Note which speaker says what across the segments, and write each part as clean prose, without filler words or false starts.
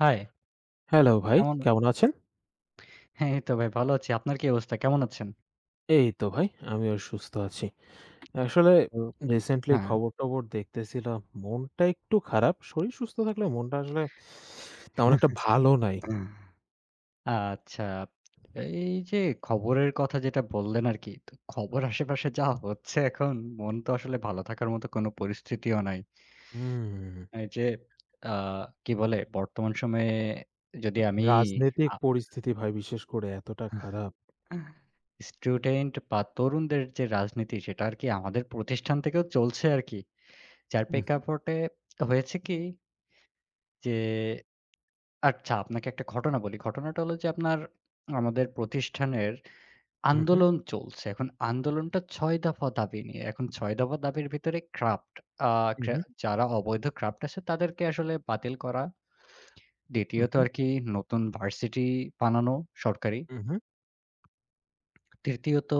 Speaker 1: High,
Speaker 2: hello ভাই,
Speaker 1: কেমন?
Speaker 2: কেমন আছেন?
Speaker 1: হ্যাঁ, এই তো ভাই ভালো আছি। আপনার কি অবস্থা? কেমন আছেন?
Speaker 2: এই তো ভাই আমিও সুস্থ আছি। আসলে
Speaker 1: ও
Speaker 2: রিসেন্টলি
Speaker 1: হ্যাঁ।
Speaker 2: খবর-টবর দেখতেছিলাম। মনটা একটু খারাপ। শরীর সুস্থ থাকলেও মনটা আসলে তেমন একটা ভালো নাই।
Speaker 1: আচ্ছা। এই যে খবরের কথা যেটা বললেন আরকি, তো খবর আশেপাশে যা হচ্ছে এখন মন তো আসলে ভালো থাকার মতো কোনো পরিস্থিতিও নাই।
Speaker 2: হুম।
Speaker 1: এই যে আ কি বলে বর্তমান সময়ে যদি আমি
Speaker 2: রাজনৈতিক
Speaker 1: আ
Speaker 2: পরিস্থিতি ভাই বিশেষ করে এতটা খারাপ।
Speaker 1: স্টুডেন্ট বা তরুণদের যে রাজনীতি সেটা আরকি আমাদের প্রতিষ্ঠান থেকেও চলছে আরকি। যার
Speaker 2: উহু,
Speaker 1: প্রেক্ষাপটে হয়েছে কি যে আচ্ছা, আপনাকে একটা ঘটনা বলি। ঘটনাটা হলো যে আপনার আমাদের প্রতিষ্ঠানের
Speaker 2: উহু,
Speaker 1: আন্দোলন চলছে। এখন আন্দোলনটা ৬ দফা দাবি নিয়ে। এখন ৬ দফা দাবির ভিতরে ক্রাফট আ ক্রা
Speaker 2: উহু,
Speaker 1: যারা অবৈধ ক্রাফট আছে তাদেরকে আসলে বাতিল করা। দ্বিতীয়ত
Speaker 2: উহু,
Speaker 1: আরকি নতুন ভার্সিটি বানানো সরকারি।
Speaker 2: উহু,
Speaker 1: তৃতীয়ত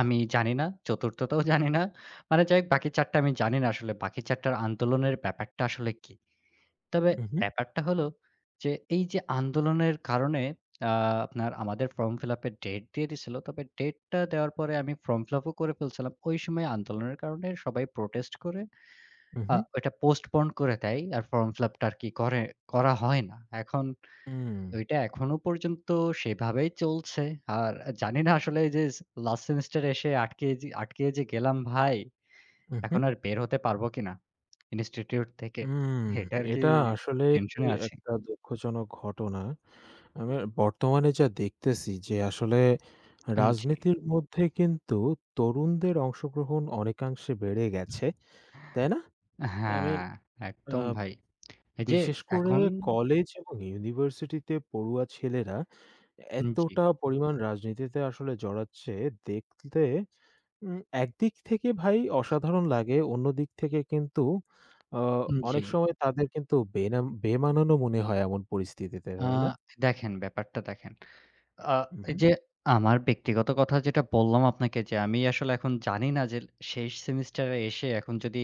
Speaker 1: আমি জানি না, চতুর্থটাও জানি না। মানে যাই হোক বাকি ৪ টা আমি জানি না আসলে বাকি ৪ টার আন্দোলনের ব্যাপারটা আসলে কী? তবে
Speaker 2: উহু,
Speaker 1: ব্যাপারটা হলো যে, এই যে আন্দোলনের কারণে আ আপনার আমাদের ফর্ম ফিলাপের ডেট দিয়ে দিছিল। তবে ডেটটা দেওয়ার পরে আমি ফর্ম ফিলাপ ও করে ফেলছিলাম। ওই সময় আন্দোলনের কারণে সবাই প্রোটেস্ট করে
Speaker 2: উহু,
Speaker 1: ওইটা পোস্টপোন করে দেয়। আর ফর্ম ফিলাপটা আরকি করে করা হয় না। এখন
Speaker 2: উম,
Speaker 1: ওইটা এখনো পর্যন্ত সেভাবেই চলছে। আর জানি না আসলে এই যে লাস্ট সেমেস্টার এসে আটকে যে গেলাম ভাই,
Speaker 2: উহু, উম। হুম, উম, উম হুম।
Speaker 1: এখন আর বের হতে পারবো কিনা ইনস্টিটিউট থেকে।
Speaker 2: উম,
Speaker 1: এটা আরকি
Speaker 2: এটা আসলেই
Speaker 1: টেনশনে আছি।
Speaker 2: একটা দুঃখজনক ঘটনা। আমি বর্তমানে যা দেখতেছি যে আসলে
Speaker 1: উম জি।
Speaker 2: রাজনীতির মধ্যে কিন্তু তরুণদের অংশগ্রহণ অনেকাংশে বেড়ে গেছে। তাই না? আই মিন
Speaker 1: হ্যাঁ,
Speaker 2: আ
Speaker 1: একদম ভাই। এই যে
Speaker 2: বিশেষ করে
Speaker 1: এখন
Speaker 2: কলেজ এবং ইউনিভার্সিটিতে পড়ুয়া ছেলেরা
Speaker 1: জি,
Speaker 2: এতটা পরিমাণ রাজনীতিতে আসলে জড়াচ্ছে দেখতে একদিক থেকে ভাই অসাধারণ লাগে, অন্যদিক থেকে কিন্তু আ
Speaker 1: জি।
Speaker 2: অনেক সময় তাদের কিন্তু বেনাম বেমানানও মনে হয় এমন পরিস্থিতিতে,
Speaker 1: আ
Speaker 2: তাই না?
Speaker 1: দেখেন ব্যাপারটা দেখেন। আ এই
Speaker 2: উহু,
Speaker 1: যে আমার ব্যক্তিগত কথা যেটা বললাম আপনাকে যে আমি আসলে এখন জানি না যে শেষ সেমিস্টারে এসে এখন যদি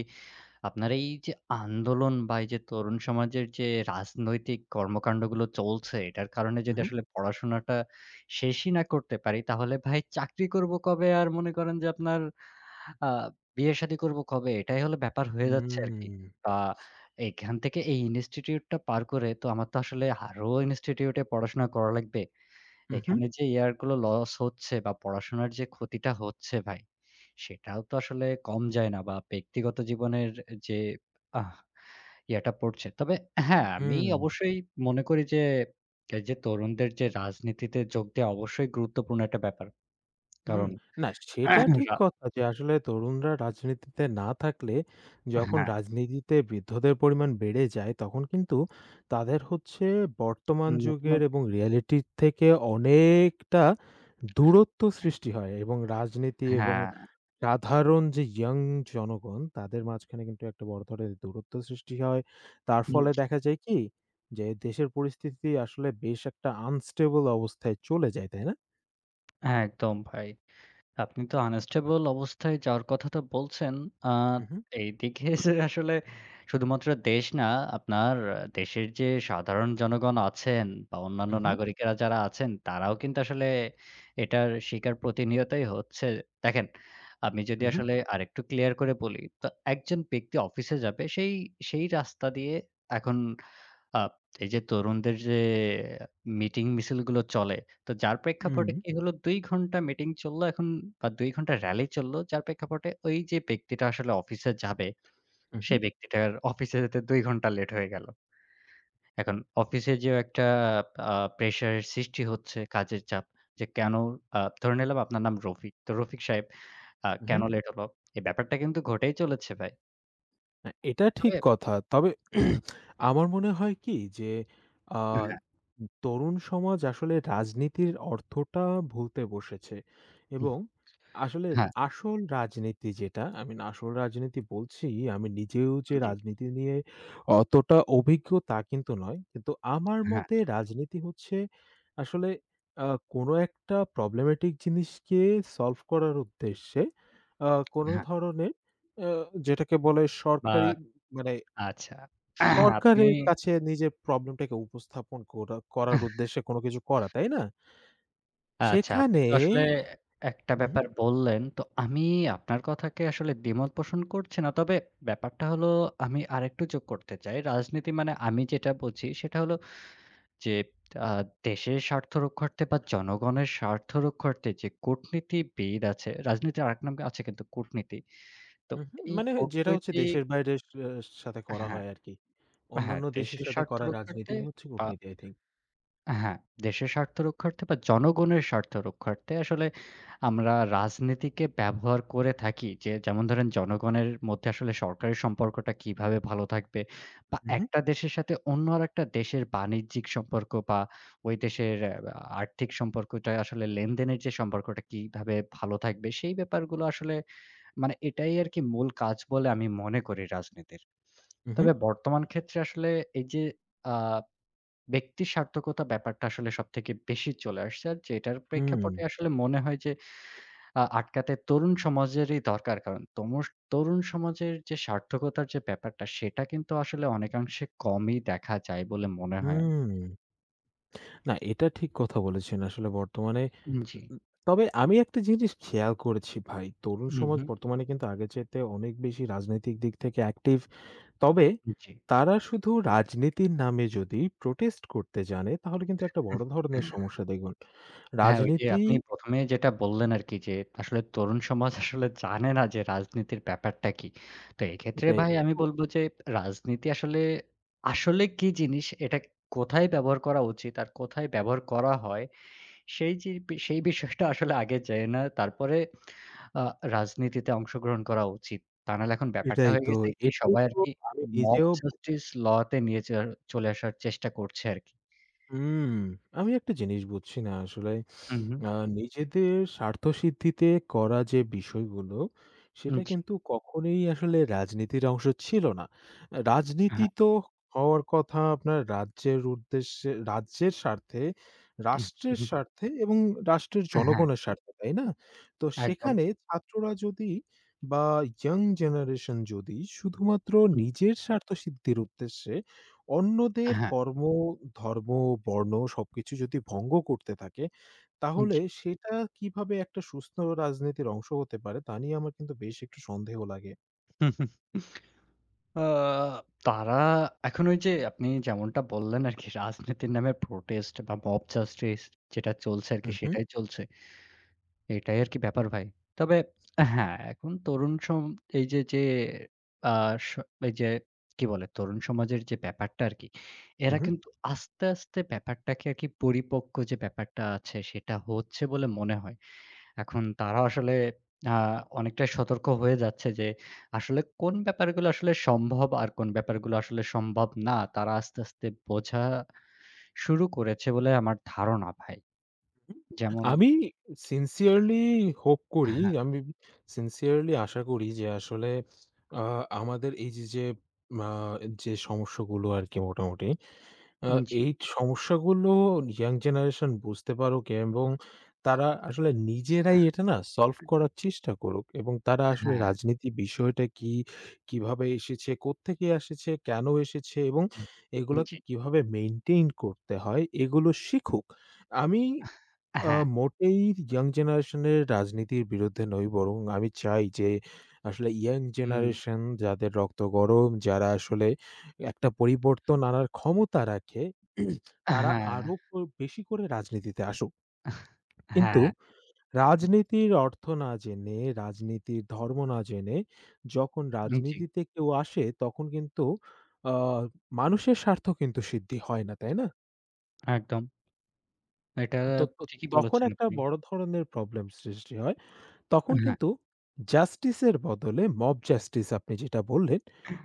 Speaker 1: আপনার এই যে আন্দোলন বা এই যে তরুণ সমাজের যে রাজনৈতিক কর্মকান্ডগুলো চলছে এটার কারণে যদি
Speaker 2: উহু,
Speaker 1: আসলে পড়াশোনাটা শেষই না করতে পারি তাহলে ভাই চাকরি করব কবে? আর মনে করেন যে আপনার আ বিয়ে-শাদী করব কবে? এটাই হলো ব্যাপার হয়ে যাচ্ছে আরকি।
Speaker 2: উম
Speaker 1: আ এখান থেকে এই ইনস্টিটিউট টা পার করে তো আমার তো আসলে আরো ইনস্টিটিউট এ পড়াশোনা করা লাগবে।
Speaker 2: উহু।
Speaker 1: এখানে যে ইয়ার গুলো লস হচ্ছে বা পড়াশোনার যে ক্ষতিটা হচ্ছে ভাই, সেটাও তো আসলে কম যায় না বা ব্যক্তিগত জীবনের যে আহ ইয়াটা পড়ছে। তবে হ্যাঁ, আমি
Speaker 2: হুম,
Speaker 1: অবশ্যই মনে করি যে এই যে তরুণদের যে রাজনীতিতে যোগ দেওয়া অবশ্যই গুরুত্বপূর্ণ একটা ব্যাপার।
Speaker 2: হুম।
Speaker 1: কারণ
Speaker 2: না সেটা ঠিক
Speaker 1: রা
Speaker 2: কথা যে আসলে তরুণরা রাজনীতিতে না থাকলে যখন
Speaker 1: হ্যাঁ,
Speaker 2: রাজনীতিতে বৃদ্ধদের পরিমাণ বেড়ে যায় তখন কিন্তু তাদের হচ্ছে বর্তমান
Speaker 1: নতুন
Speaker 2: যুগের এবং রিয়ালিটির থেকে অনেকটা দূরত্ব সৃষ্টি হয় এবং রাজনীতি এবং
Speaker 1: হ্যাঁ।
Speaker 2: সাধারণ যে ইয়াং জনগণ তাদের মাঝখানে কিন্তু একটা বড় ধরনের দূরত্ব সৃষ্টি হয়। তার
Speaker 1: হুম,
Speaker 2: ফলে দেখা যায় কি যে দেশের পরিস্থিতি আসলে বেশ একটা আনস্টেবল অবস্থায় চলে যায়, তাই না?
Speaker 1: হ্যাঁ, একদম ভাই। আপনি তো আনস্টেবল অবস্থায় যাওয়ার কথাটা বলছেন। আ
Speaker 2: হু, হু,
Speaker 1: এইদিকে যে আসলে শুধুমাত্র দেশ না, আপনার দেশের যে সাধারণ জনগণ আছেন বা অন্যান্য
Speaker 2: হু, হু।
Speaker 1: নাগরিকেরা যারা আছেন, তারাও কিন্তু আসলে এটার শিকার প্রতিনিয়তই হচ্ছে। দেখেন, আমি যদি
Speaker 2: Mhm.
Speaker 1: আসলে আরেকটু ক্লিয়ার করে বলি, তো একজন ব্যক্তি অফিসে যাবে, সেই রাস্তা দিয়ে এখন আপ এই যে তরুণদের যে মিটিং মিছিলগুলো চলে, তো যার প্রেক্ষাপটে
Speaker 2: Mhm.
Speaker 1: কি হলো ২ ঘন্টা মিটিং চললো এখন বা ২ ঘন্টা র‍্যালি চললো। যার প্রেক্ষাপটে ওই যে ব্যক্তিটা আসলে অফিসে যাবে,
Speaker 2: Mhm.
Speaker 1: সেই ব্যক্তিটার অফিসে যেতে ২ ঘন্টা লেট হয়ে গেল। এখন অফিসে যেও একটা আ প্রেশারের সৃষ্টি হচ্ছে কাজের চাপ। যে কেন ধরে নিলাম আপনার নাম রফিক। তো রফিক সাহেব কেন
Speaker 2: Mhm.
Speaker 1: লেট হলো? এই ব্যাপারটা কিন্তু ঘটেই চলেছে ভাই।
Speaker 2: না, এটা ঠিক
Speaker 1: তবে
Speaker 2: কথা। তবে আমার মনে হয় কি যে আ তরুণ সমাজ আসলে রাজনীতির অর্থটা ভুলতে বসেছে এবং আসলে
Speaker 1: হ্যাঁ,
Speaker 2: আসল রাজনীতি যেটা, আমি না আসল রাজনীতি বলছি, আমি নিজেও যে
Speaker 1: হ্যাঁ, জি,
Speaker 2: রাজনীতি নিয়ে অতটা অভিজ্ঞ তা কিন্তু নয়। কিন্তু আমার
Speaker 1: হ্যাঁ,
Speaker 2: মতে রাজনীতি হচ্ছে আসলে আ কোনো একটা problematic জিনিসকে solve করার উদ্দেশ্যে আ কোনো
Speaker 1: হ্যাঁ
Speaker 2: ধরনের আ যেটাকে বলে
Speaker 1: বা
Speaker 2: সরকারি মানে
Speaker 1: আচ্ছা। আপনি
Speaker 2: সরকারের কাছে নিজের প্রবলেমটাকে উপস্থাপন করা করার উদ্দেশ্যে কোন কিছু করা, তাই না?
Speaker 1: আচ্ছা, আপনি
Speaker 2: সেখানে
Speaker 1: তো আসলে একটা
Speaker 2: উহু,
Speaker 1: ব্যাপার বললেন। তো আমি আপনার কথাকে আসলে দ্বিমত পোষণ করছি না। তবে ব্যাপারটা হলো আমি আরেকটু যোগ করতে চাই। রাজনীতি মানে আমি যেটা বুঝি সেটা হলো যে আ দেশের স্বার্থ রক্ষার্থে বা জনগণের স্বার্থ রক্ষার্থে যে কূটনীতিবিদ আছে, রাজনীতির আরেক নাম আছে কিন্তু কূটনীতি। তো
Speaker 2: উহু।
Speaker 1: এই
Speaker 2: মানে যেটা হচ্ছে
Speaker 1: কূটনৈতিক
Speaker 2: দেশের বাইরের আ সাথে করা
Speaker 1: হ্যাঁ,
Speaker 2: হয় আরকি।
Speaker 1: হ্যাঁ,
Speaker 2: অন্যান্য দেশের
Speaker 1: দেশের
Speaker 2: সাথে
Speaker 1: স্বার্থ
Speaker 2: করা
Speaker 1: রক্ষার্থে
Speaker 2: রাজনীতিই হচ্ছে
Speaker 1: বা
Speaker 2: কূটনীতি আই থিংক।
Speaker 1: হ্যাঁ, দেশের স্বার্থ রক্ষার্থে বা জনগণের স্বার্থ রক্ষার্থে আসলে আমরা রাজনীতিকে ব্যবহার করে থাকি। যে যেমন ধরেন জনগণের মধ্যে আসলে সরকারের সম্পর্কটা কিভাবে ভালো থাকবে বা
Speaker 2: উহু,
Speaker 1: একটা দেশের সাথে অন্য আরেকটা দেশের বাণিজ্যিক সম্পর্ক বা ওই দেশের আর্থিক সম্পর্কটা আসলে লেনদেনের যে সম্পর্কটা কিভাবে ভালো থাকবে সেই ব্যাপারগুলো আসলে মানে এটাই আরকি মূল কাজ বলে আমি মনে করি রাজনীতির।
Speaker 2: উহু,
Speaker 1: তবে বর্তমান ক্ষেত্রে আসলে এই যে আ ব্যক্তির সার্থকতা ব্যাপারটা আসলে সবথেকে বেশি চলে আসছে। আর যেটার
Speaker 2: হুম,
Speaker 1: প্রেক্ষাপটে আসলে মনে হয় যে আটকাতে তরুণ সমাজেরই দরকার। কারণ তমুস তরুণ সমাজের যে সার্থকতার যে ব্যাপারটা সেটা কিন্তু আসলে অনেকাংশে কমই দেখা যায় বলে মনে হয়।
Speaker 2: হুম। না এটা ঠিক কথা বলেছেন আসলে বর্তমানে উ
Speaker 1: উম জি।
Speaker 2: উ তবে আমি একটা জিনিস খেয়াল করেছি ভাই, তরুণ সমাজ
Speaker 1: উহু,
Speaker 2: বর্তমানে কিন্তু আগের চাইতে অনেক বেশি রাজনৈতিক দিক থেকে অ্যাক্টিভ। তবে
Speaker 1: জি।
Speaker 2: তারা শুধু রাজনীতির নামে যদি প্রোটেস্ট করতে জানে, তাহলে কিন্তু একটা বড় ধরনের সমস্যা দেখুন।
Speaker 1: হ্যাঁ, ওই যে
Speaker 2: রাজনীতি
Speaker 1: আপনি প্রথম এ যেটা বললেন আরকি যে, আসলে তরুণ সমাজ আসলে জানে না যে রাজনীতির ব্যাপারটা কি। তো এক্ষেত্রে
Speaker 2: এটাই
Speaker 1: ভাই জি।
Speaker 2: তো,
Speaker 1: আমি বলব যে রাজনীতি আসলে, আসলে কি জিনিস এটা কোথায় ব্যবহার করা উচিত আর কোথায় ব্যবহার করা হয়, সেই যে সেই বিষয়টা আসলে আগে জেনে না তারপরে আ রাজনীতিতে অংশগ্রহণ করা উচিত। তা নাহলে এখন ব্যাপারটা
Speaker 2: এটাই
Speaker 1: হয়ে
Speaker 2: তো,
Speaker 1: গেছে কি
Speaker 2: এটাই
Speaker 1: সবাই
Speaker 2: তো
Speaker 1: আরকি
Speaker 2: আমি
Speaker 1: মব
Speaker 2: নিজেও ভু-
Speaker 1: জাস্টিস ল তে নিয়ে চ চলে আসার চেষ্টা করছে আরকি।
Speaker 2: হুম। আমি একটা জিনিস বুঝছি না আসলে।
Speaker 1: হু, হু।
Speaker 2: আ নিজেদের স্বার্থসিদ্ধিতে করা যে বিষয়গুলো, সেটা
Speaker 1: জি,
Speaker 2: কিন্তু কখনোই আসলে রাজনীতির অংশ ছিল না। রাজনীতি
Speaker 1: হ্যাঁ।
Speaker 2: তো হওয়ার কথা আপনার রাজ্যের উদ্দেশ্যে, রাজ্যের স্বার্থে, রাষ্ট্রের স্বার্থে এবং রাষ্ট্রের
Speaker 1: হ্যাঁ,
Speaker 2: জনগণের স্বার্থে, তাই না? তো
Speaker 1: একদম।
Speaker 2: সেখানে ছাত্ররা যদি বা ইয়ং জেনারেশন যদি শুধুমাত্র নিজের স্বার্থসিদ্ধির উদ্দেশ্যে অন্যদের
Speaker 1: হ্যাঁ,
Speaker 2: কর্ম, ধর্ম, বর্ণ সবকিছু যদি ভঙ্গ করতে থাকে তাহলে
Speaker 1: জি।
Speaker 2: সেটা কিভাবে একটা সুস্থ রাজনীতির অংশ হতে পারে তা নিয়ে আমার কিন্তু বেশ একটু সন্দেহ লাগে।
Speaker 1: আ তারা এখন ওই যে আপনি যেমনটা বললেন আরকি রাজনীতির নামে প্রোটেস্ট বা মব জাস্টিস যেটা চলছে
Speaker 2: হু,
Speaker 1: আরকি
Speaker 2: হু,
Speaker 1: সেটাই চলছে। এটাই আরকি ব্যাপার ভাই। তবে হ্যাঁ, এখন তরুণ সম এই যে, যে আ স এই যে কি বলে তরুণ সমাজের যে ব্যাপারটা আরকি,
Speaker 2: হু,
Speaker 1: এরা
Speaker 2: হু।
Speaker 1: কিন্তু আস্তে, আস্তে ব্যাপারটাকে আরকি পরিপক্ক যে ব্যাপারটা আছে সেটা হচ্ছে বলে মনে হয়। এখন তারা আসলে আ অনেকটাই সতর্ক হয়ে যাচ্ছে যে আসলে কোন ব্যাপারগুলো আসলে সম্ভব আর কোন ব্যাপারগুলো আসলে সম্ভব না। তারা আস্তে, আস্তে বোঝা শুরু করেছে বলে আমার ধারণা ভাই। যেমন
Speaker 2: আমি sincerely hope করি,
Speaker 1: হ্যাঁ,
Speaker 2: আমি sincerely আশা করি যে আসলে আ আমাদের এই যে, যে, আ যে, সমস্যাগুলো আরকি মোটামুটি আ
Speaker 1: জি,
Speaker 2: এই সমস্যাগুলো ইয়াং জেনারেশন বুঝতে পারুক এবং তারা আসলে নিজেরাই
Speaker 1: হ্যাঁ,
Speaker 2: এটা না সলভ করার চেষ্টা করুক এবং তারা আসলে রাজনীতি বিষয়টা কি, কিভাবে এসেছে, কোত্থেকে এসেছে, কেন এসেছে এবং এগুলাকে
Speaker 1: জি,
Speaker 2: কিভাবে মেইনটেইন করতে হয় এগুলো শিখুক। আমি
Speaker 1: হ্যাঁ,
Speaker 2: মোটেই ইয়াং জেনারেশনের রাজনীতির বিরুদ্ধে নই বরং আমি চাই যে আসলে ইয়াং
Speaker 1: উম
Speaker 2: জেনারেশন যাদের রক্ত গরম, যারা আসলে একটা পরিবর্তন আনার ক্ষমতা রাখে তারা
Speaker 1: হ্যাঁ,
Speaker 2: আরো বেশি করে রাজনীতিতে আসুক। কিন্তু
Speaker 1: হ্যাঁ, জি,
Speaker 2: রাজনীতির অর্থ না জেনে, রাজনীতির ধর্ম না জেনে যখন
Speaker 1: জি,
Speaker 2: রাজনীতিতে কেউ আসে তখন কিন্তু আ মানুষের স্বার্থ কিন্তু সিদ্ধি হয় না, তাই না?
Speaker 1: একদম। এটা
Speaker 2: তো তো
Speaker 1: ঠিকই
Speaker 2: তখন
Speaker 1: বলেছেন
Speaker 2: একটা
Speaker 1: আপনি।
Speaker 2: বড় ধরনের প্রবলেম সৃষ্টি হয়। তখন
Speaker 1: হ্যাঁ,
Speaker 2: কিন্তু জাস্টিসের বদলে মব জাস্টিস আপনি যেটা বললেন,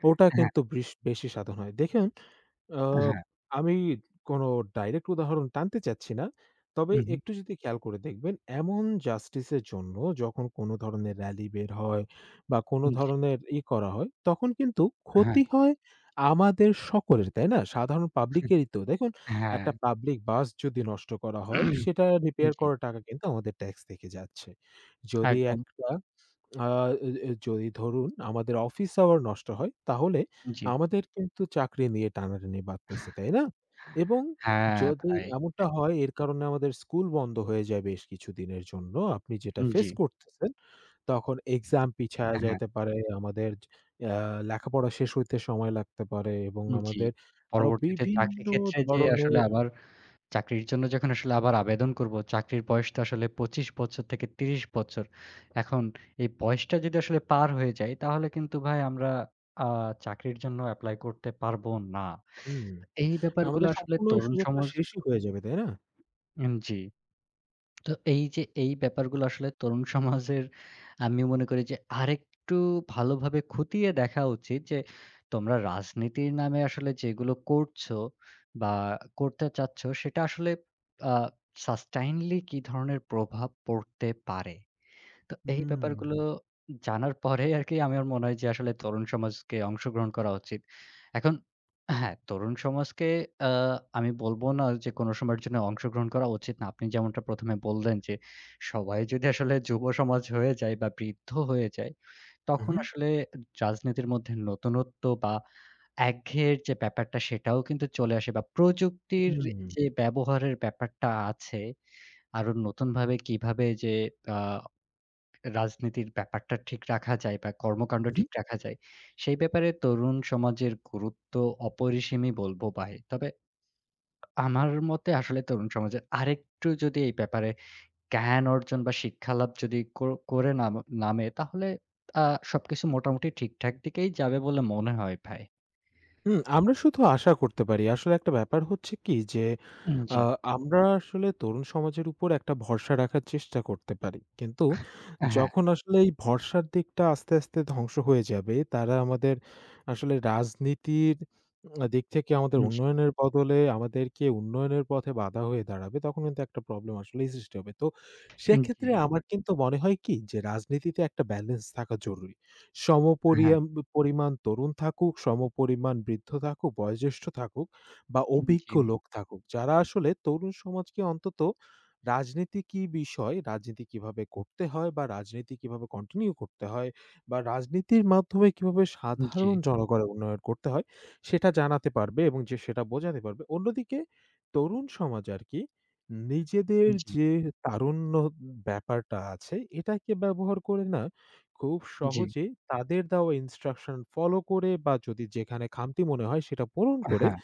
Speaker 2: ওটা
Speaker 1: হ্যাঁ,
Speaker 2: কিন্তু বেশি সাধন হয়। দেখেন আ
Speaker 1: হ্যাঁ,
Speaker 2: আমি কোনো ডাইরেক্ট উদাহরণ টানতে চাচ্ছি না। তবে
Speaker 1: উহু,
Speaker 2: একটু যদি খেয়াল করে দেখবেন, এমন জাস্টিসের জন্য যখন কোনো ধরনের র‍্যালি বের হয় বা কোনো
Speaker 1: জি,
Speaker 2: ধরনের করা হয়, তখন কিন্তু
Speaker 1: হ্যাঁ,
Speaker 2: ক্ষতি হয় আমাদের সকলের, তাই না? সাধারণ পাবলিকেরই তো। দেখুন,
Speaker 1: হ্যাঁ,
Speaker 2: একটা পাবলিক বাস যদি নষ্ট করা হয়, সেটা রিপেয়ার
Speaker 1: জি,
Speaker 2: করার টাকা কিন্তু আমাদের ট্যাক্স থেকে যাচ্ছে। যদি
Speaker 1: একদম,
Speaker 2: একটা আ এ যদি ধরুন আমাদের অফিস আওয়ার নষ্ট হয়, তাহলে
Speaker 1: জি।
Speaker 2: আমাদের কিন্তু চাকরি নিয়ে টানাটানি বাড়তেছে, তাই না? এবং
Speaker 1: হ্যাঁ,
Speaker 2: যদি
Speaker 1: ভাই।
Speaker 2: এমনটা হয় এর কারণে আমাদের স্কুল বন্ধ হয়ে যায় বেশ কিছুদিনের জন্য। আপনি যেটা
Speaker 1: একদম জি।
Speaker 2: ফেস করতেছেন, তখন এক্সাম পিছায়া
Speaker 1: হ্যাঁ,
Speaker 2: যাইতে পারে, আমাদের আ লেখাপড়া শেষ হইতে সময় লাগতে পারে এবং
Speaker 1: জি।
Speaker 2: আমাদের আরো
Speaker 1: পরবর্তীতে চাকরি
Speaker 2: বিভিন্ন
Speaker 1: ক্ষেত্রে যে আসলে
Speaker 2: ধরনের
Speaker 1: আবার চাকরির জন্য যখন আসলে আবার আবেদন করব, চাকরির বয়স তো আসলে ২৫ বছর থেকে ৩০ বছর। এখন এই বয়সটা যদি আসলে পার হয়ে যায় তাহলে কিন্তু ভাই আমরা আ চাকরির জন্য এপ্লাই করতে পারব না।
Speaker 2: হুম।
Speaker 1: এই ব্যাপারগুলো
Speaker 2: আমাদের
Speaker 1: আসলে
Speaker 2: সম্পূর্ণ ওই
Speaker 1: তরুণ
Speaker 2: সুযোগটা
Speaker 1: সমাজ
Speaker 2: শেষই হয়ে যাবে, তাই না?
Speaker 1: উম জি। তো এই যে এই ব্যাপারগুলো আসলে তরুণ সমাজের আমি মনে করি যে আরেকটু ভালোভাবে খতিয়ে দেখা উচিত যে তোমরা রাজনীতির নামে আসলে যেগুলো করছো বা করতে চাচ্ছ সেটা আসলে আ সাস্টেইনলি কি ধরনের প্রভাব পড়তে পারে? তো এই
Speaker 2: হুম,
Speaker 1: ব্যাপারগুলো জানার পরেই আরকি আমার মনে হয় যে আসলে তরুণ সমাজকে অংশগ্রহণ করা উচিত। এখন হ্যাঁ, তরুণ সমাজকে আ আমি বলব না যে কোন সময়ের জন্য অংশগ্রহণ করা উচিত না। আপনি যেমনটা প্রথম এ বললেন যে সবাই যদি আসলে যুব সমাজ হয়ে যায় বা বৃদ্ধ হয়ে যায়, তখন
Speaker 2: উহু,
Speaker 1: আসলে রাজনীতির মধ্যে নতুনত্ব বা একঘেয়ের যে ব্যাপারটা সেটাও কিন্তু চলে আসে বা প্রযুক্তির
Speaker 2: হুম।
Speaker 1: যে ব্যবহারের ব্যাপারটা আছে, আরো নতুনভাবে কিভাবে যে আ রাজনীতির ব্যাপারটা ঠিক রাখা যায় বা কর্মকাণ্ড ঠিক রাখা যায়, সেই ব্যাপারে তরুণ সমাজের গুরুত্ব অপরিসীমই বলব ভাই। তবে আমার মতে আসলে তরুণ সমাজের আরেকটু যদি এই ব্যাপারে জ্ঞান অর্জন বা শিক্ষালাভ যদি কো করে নাম নামে তাহলে আ সবকিছু মোটামুটি ঠিকঠাক দিকেই যাবে বলে মনে হয় ভাই।
Speaker 2: হুম, আমরা শুধু আশা করতে পারি। আসলে একটা ব্যাপার হচ্ছে কি যে,
Speaker 1: উম
Speaker 2: আ
Speaker 1: জি।
Speaker 2: আমরা আসলে তরুণ সমাজের উপর একটা ভরসা রাখার চেষ্টা করতে পারি। কিন্তু
Speaker 1: হ্যাঁ,
Speaker 2: যখন আসলে এই ভরসার দিকটা আস্তে, আস্তে ধ্বংস হয়ে যাবে, তারা আমাদের আসলে রাজনীতির দিক থেকে আমাদের
Speaker 1: জি,
Speaker 2: উন্নয়নের বদলে আমাদেরকে উন্নয়নের পথে বাধা হয়ে দাঁড়াবে। তখন কিন্তু একটা প্রবলেম আসলেই সৃষ্টি হবে। তো
Speaker 1: জি,
Speaker 2: সেক্ষেত্রে আমার কিন্তু মনে হয় কি যে, রাজনীতিতে একটা ব্যালেন্স থাকা জরুরি।
Speaker 1: হ্যাঁ,
Speaker 2: সমপরিয়াম পরিমাণ তরুণ থাকুক, সমপরিমাণ বৃদ্ধ থাকুক, বয়োজ্যেষ্ঠ থাকুক বা অভিজ্ঞ
Speaker 1: জি,
Speaker 2: লোক থাকুক। যারা আসলে তরুণ সমাজকে অন্তত রাজনীতি কি বিষয়, রাজনীতি কিভাবে করতে হয় বা রাজনীতি কিভাবে কন্টিনিউ করতে হয় বা রাজনীতির মাধ্যমে কিভাবে
Speaker 1: জি, জি,
Speaker 2: সাধারণ জনগণের উন্নয়ন করতে হয়, সেটা জানাতে পারবে এবং যে সেটা বোঝাতে পারবে। অন্যদিকে তরুণ সমাজ আরকি নিজেদের যে তারুণ্য ব্যাপারটা আছে, এটাকে ব্যবহার করে না খুব
Speaker 1: জি,
Speaker 2: সহজে তাদের দেওয়া ইনস্ট্রাকশন ফলো করে বা যদি যেখানে খামতি মনে হয় সেটা পূরণ করে
Speaker 1: হ্যাঁ,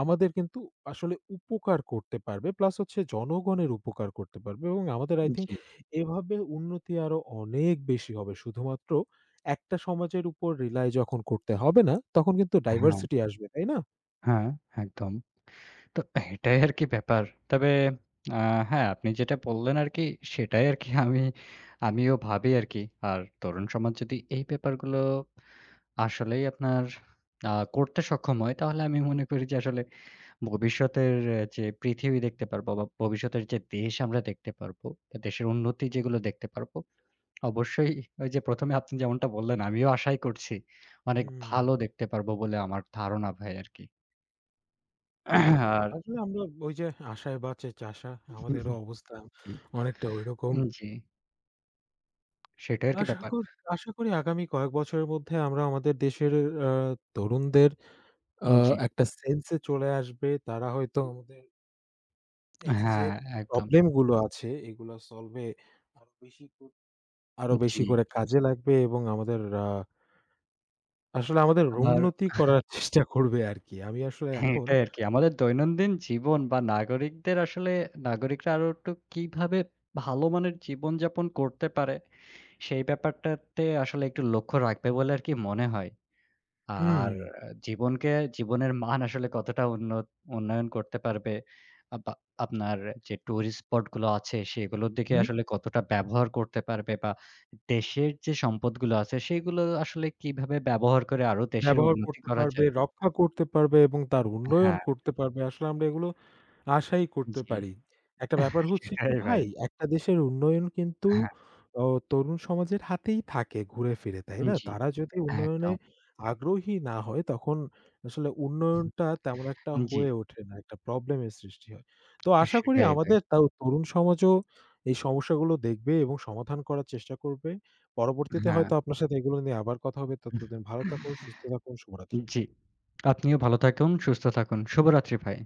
Speaker 2: আমাদের কিন্তু আসলে উপকার করতে পারবে। প্লাস হচ্ছে জনগণের উপকার করতে পারবে এবং আমাদের আই থিংক
Speaker 1: জি,
Speaker 2: এভাবে উন্নতি আরো অনেক বেশি হবে। শুধুমাত্র একটা সমাজের উপর রিলাই যখন করতে হবে না, তখন কিন্তু
Speaker 1: হ্যাঁ,
Speaker 2: ডাইভার্সিটি আসবে, তাই না?
Speaker 1: হ্যাঁ, একদম। তো এটাই আরকি ব্যাপার। তবে আ হ্যাঁ, আপনি যেটা বললেন আরকি সেটাই আরকি আমিও ভাবি আরকি। আর তরুণ সমাজ যদি এই ব্যাপারগুলো আসলেই আপনার করতে সক্ষম হয়, তাহলে আমি মনে করি যে আসলে ভবিষ্যতের আহ, যে পৃথিবী দেখতে পারবো বা ভবিষ্যতের যে দেশ আমরা দেখতে পারবো, বা দেশের উন্নতি যেগুলো দেখতে পারবো, অবশ্যই ওই যে প্রথম এ আপনি যেমনটা বললেন আমিও আশাই করছি অনেক
Speaker 2: হুম,
Speaker 1: ভালো দেখতে পারবো বলে আমার ধারণা ভাই আরকি।
Speaker 2: সেটা ঠিক।
Speaker 1: আর
Speaker 2: আসলে আমরা ওই যে আশায় বাঁচে চাষা, আমাদেরও অবস্থা অনেকটা ঐরকম।
Speaker 1: জি। সেটাই আরকি
Speaker 2: আশা
Speaker 1: ব্যাপার।
Speaker 2: কর আশা করি আগামী কয়েক বছরের মধ্যে আমরা আমাদের দেশের আ তরুণদের আ
Speaker 1: জি।
Speaker 2: একটা সেন্স এ চলে আসবে। তারা হয়তো আমাদের এই যে,
Speaker 1: হ্যাঁ, একদম।
Speaker 2: প্রবলেম গুলো আছে এগুলা সলভ এ আরো বেশি কর আরো
Speaker 1: জি।
Speaker 2: বেশি করে কাজে লাগবে এবং আমাদের আসলে আমাদের
Speaker 1: আবার
Speaker 2: উন্নতি করার চেষ্টা করবে আরকি। আমি আসলে
Speaker 1: হ্যাঁ,
Speaker 2: এখন
Speaker 1: এটাই আরকি। আমাদের দৈনন্দিন জীবন বা নাগরিকদের আসলে নাগরিকরা আরো একটু কিভাবে ভালো মানের জীবনযাপন করতে পারে, সেই ব্যাপারটাতে আসলে একটু লক্ষ্য রাখবে বলে আরকি মনে হয়। আর
Speaker 2: হুম,
Speaker 1: জীবনকে জীবনের মান আসলে কতটা উন্ন উন্নয়ন করতে পারবে, বা আপনার যে টুরিস্ট স্পট গুলো আছে সেগুলোর দিকে
Speaker 2: হুম।
Speaker 1: আসলে কতটা ব্যবহার করতে পারবে বা দেশের যে সম্পদগুলো আছে সেগুলো আসলে কিভাবে ব্যবহার করে আরো দেশের
Speaker 2: ব্যবহার
Speaker 1: উন্নতি
Speaker 2: করতে
Speaker 1: করা
Speaker 2: পারবে,
Speaker 1: যায়?
Speaker 2: রক্ষা করতে পারবে এবং তার উন্নয়ন
Speaker 1: হ্যাঁ,
Speaker 2: করতে পারবে। আসলে আমরা এগুলো আশাই করতে
Speaker 1: জি।
Speaker 2: পারি। একটা ব্যাপার হচ্ছে কি
Speaker 1: সেটাই
Speaker 2: ভাই,
Speaker 1: ভাই।
Speaker 2: একটা দেশের উন্নয়ন কিন্তু
Speaker 1: হ্যাঁ,
Speaker 2: অ তরুণ সমাজের হাতেই থাকে ঘুরে ফিরে, তাই না?
Speaker 1: জি,
Speaker 2: তারা যদি উন্নয়নে
Speaker 1: একদম।
Speaker 2: আগ্রহী না হয়, তখন আসলে উন্নয়নটা তেমন একটা
Speaker 1: জি,
Speaker 2: হয়ে ওঠে না। একটা প্রবলেমের সৃষ্টি হয়। তো আশা করি
Speaker 1: সেটাই ভাই।
Speaker 2: আমাদের তাও তরুণ সমাজও এই সমস্যাগুলো দেখবে এবং সমাধান করার চেষ্টা করবে। পরবর্তীতে
Speaker 1: হ্যাঁ।
Speaker 2: হয়তো আপনার সাথে এগুলো নিয়ে আবার কথা হবে। ততদিন ভালো থাকুন, সুস্থ থাকুন, শুভরাত্রি।
Speaker 1: জি। আপনিও ভালো থাকুন, সুস্থ থাকুন। শুভরাত্রি ভাই।